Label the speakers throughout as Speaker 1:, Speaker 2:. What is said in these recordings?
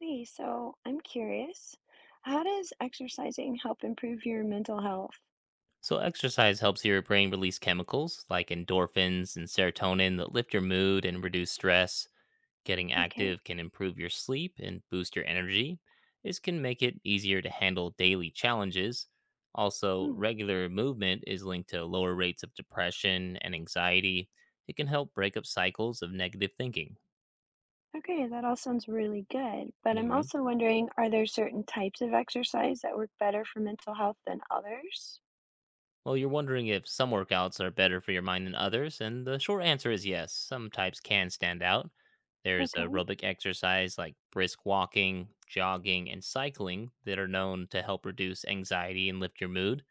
Speaker 1: Hey, so I'm curious, how does exercising help improve your mental health?
Speaker 2: So, exercise helps your brain release chemicals like endorphins and serotonin that lift your mood and reduce stress. Getting
Speaker 1: Okay.
Speaker 2: active can improve your sleep and boost your energy. This can make it easier to handle daily challenges. Also,
Speaker 1: Hmm.
Speaker 2: regular movement is linked to lower rates of depression and anxiety. It can help break up cycles of negative thinking.
Speaker 1: Okay, that all sounds really good. But I'm
Speaker 2: Mm-hmm.
Speaker 1: also wondering, are there certain types of exercise that work better for mental health than others?
Speaker 2: Well, you're wondering if some workouts are better for your mind than others, and the short answer is yes. Some types can stand out. There's
Speaker 1: Okay.
Speaker 2: aerobic exercise like brisk walking, jogging, and cycling that are known to help reduce anxiety and lift your mood.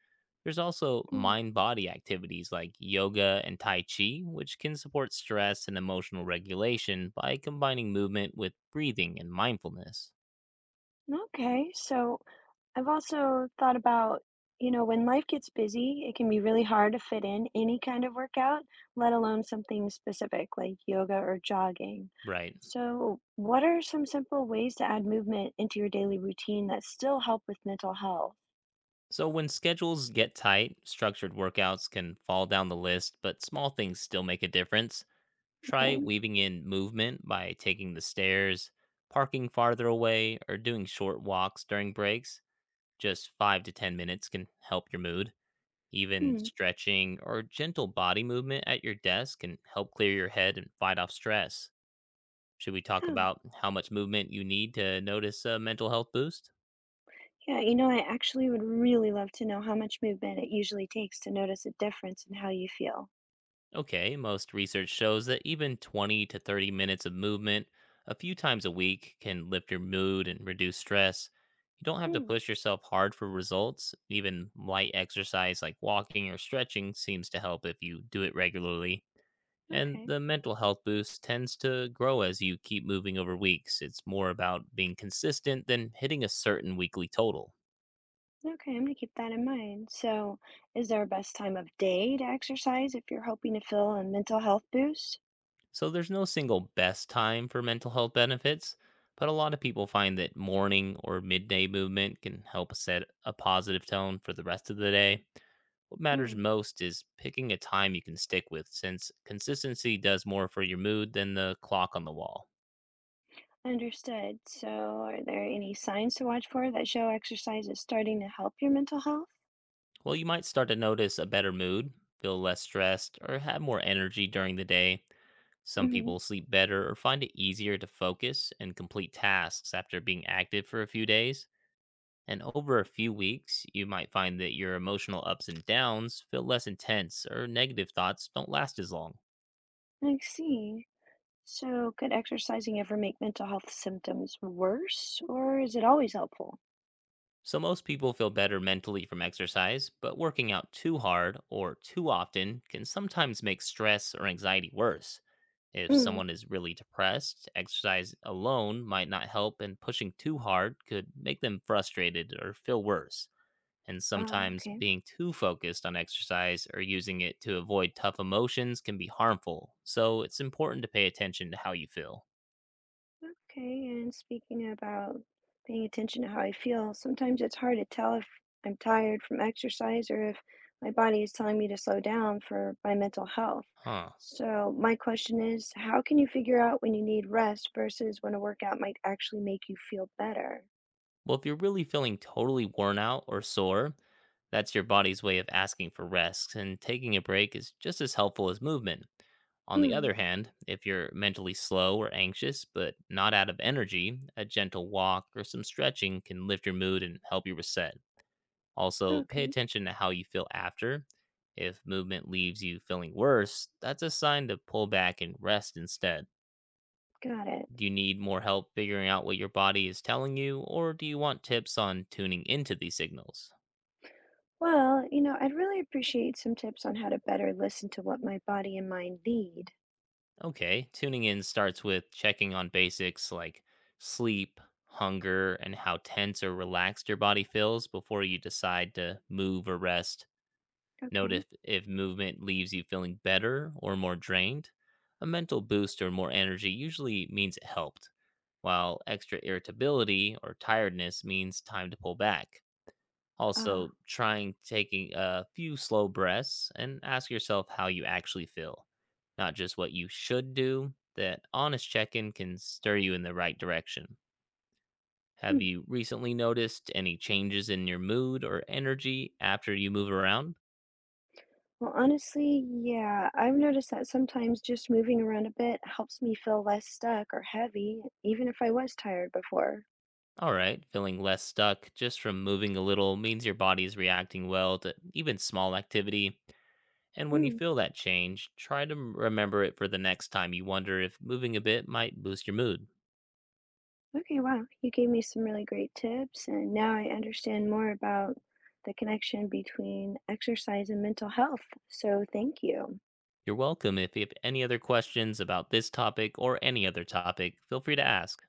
Speaker 2: There's also
Speaker 1: Hmm.
Speaker 2: mind body activities like yoga and Tai Chi, which can support stress and emotional regulation by combining movement with breathing and mindfulness.
Speaker 1: Okay. So I've also thought about, when life gets busy, it can be really hard to fit in any kind of workout, let alone something specific like yoga or jogging.
Speaker 2: Right.
Speaker 1: So, what are some simple ways to add movement into your daily routine that still help with mental health?
Speaker 2: So, when schedules get tight, structured workouts can fall down the list, but small things still make a difference. Try
Speaker 1: Okay.
Speaker 2: weaving in movement by taking the stairs, parking farther away, or doing short walks during breaks. Just 5 to 10 minutes can help your mood. Even
Speaker 1: Hmm.
Speaker 2: stretching or gentle body movement at your desk can help clear your head and fight off stress. Should we talk
Speaker 1: Huh.
Speaker 2: about how much movement you need to notice a mental health boost?
Speaker 1: Yeah, I actually would really love to know how much movement it usually takes to notice a difference in how you feel.
Speaker 2: Okay, most research shows that even 20 to 30 minutes of movement a few times a week can lift your mood and reduce stress. You don't have to
Speaker 1: Hmm.
Speaker 2: push yourself hard for results. Even light exercise like walking or stretching seems to help if you do it regularly. And
Speaker 1: Okay.
Speaker 2: the mental health boost tends to grow as you keep moving over weeks. It's more about being consistent than hitting a certain weekly total.
Speaker 1: Okay, I'm gonna keep that in mind. So, is there a best time of day to exercise if you're hoping to feel a mental health boost?
Speaker 2: So there's no single best time for mental health benefits, but a lot of people find that morning or midday movement can help set a positive tone for the rest of the day. What matters
Speaker 1: Mm,
Speaker 2: most is picking a time you can stick with, since consistency does more for your mood than the clock on the wall.
Speaker 1: understood. So, are there any signs to watch for that show exercise is starting to help your mental health?
Speaker 2: Well, you might start to notice a better mood, feel less stressed, or have more energy during the day. Some
Speaker 1: Hmm.
Speaker 2: people sleep better or find it easier to focus and complete tasks after being active for a few days. And over a few weeks, you might find that your emotional ups and downs feel less intense or negative thoughts don't last as long.
Speaker 1: I see. So, could exercising ever make mental health symptoms worse, or is it always helpful?
Speaker 2: So, most people feel better mentally from exercise, but working out too hard or too often can sometimes make stress or anxiety worse. If
Speaker 1: Mm.
Speaker 2: someone is really depressed, exercise alone might not help, and pushing too hard could make them frustrated or feel worse. And
Speaker 1: Oh,
Speaker 2: sometimes
Speaker 1: okay.
Speaker 2: being too focused on exercise or using it to avoid tough emotions can be harmful, so it's important to pay attention to how you feel.
Speaker 1: Okay, and speaking about paying attention to how I feel, sometimes it's hard to tell if I'm tired from exercise or if my body is telling me to slow down for my mental health.
Speaker 2: Huh.
Speaker 1: So, my question is, how can you figure out when you need rest versus when a workout might actually make you feel better?
Speaker 2: Well, if you're really feeling totally worn out or sore, that's your body's way of asking for rest, and taking a break is just as helpful as movement. On the
Speaker 1: Mm,
Speaker 2: other hand, if you're mentally slow or anxious, but not out of energy, a gentle walk or some stretching can lift your mood and help you reset. Also, pay
Speaker 1: okay,
Speaker 2: attention to how you feel after. If movement leaves you feeling worse, that's a sign to pull back and rest instead.
Speaker 1: got it.
Speaker 2: Do you need more help figuring out what your body is telling you, or do you want tips on tuning into these signals?
Speaker 1: Well, I'd really appreciate some tips on how to better listen to what my body and mind need.
Speaker 2: Okay, tuning in starts with checking on basics like sleep, hunger, and how tense or relaxed your body feels before you decide to move or rest. Note
Speaker 1: Okay,
Speaker 2: if, if movement leaves you feeling better or more drained. A mental boost or more energy usually means it helped, while extra irritability or tiredness means time to pull back.
Speaker 1: ah.
Speaker 2: Also, trying taking a few slow breaths and ask yourself how you actually feel, not just what you should do. That honest check in can stir you in the right direction. Have
Speaker 1: Hmm.
Speaker 2: you recently noticed any changes in your mood or energy after you move around?
Speaker 1: Well, honestly, yeah, I've noticed that sometimes just moving around a bit helps me feel less stuck or heavy, even if I was tired before.
Speaker 2: All right, feeling less stuck just from moving a little means your body is reacting well to even small activity. And when you
Speaker 1: Mm,
Speaker 2: feel that change, try to remember it for the next time you wonder if moving a bit might boost your mood.
Speaker 1: okay, wow. You gave me some really great tips, and now I understand more about the connection between exercise and mental health. So thank you.
Speaker 2: You're welcome. If you have any other questions about this topic or any other topic, feel free to ask.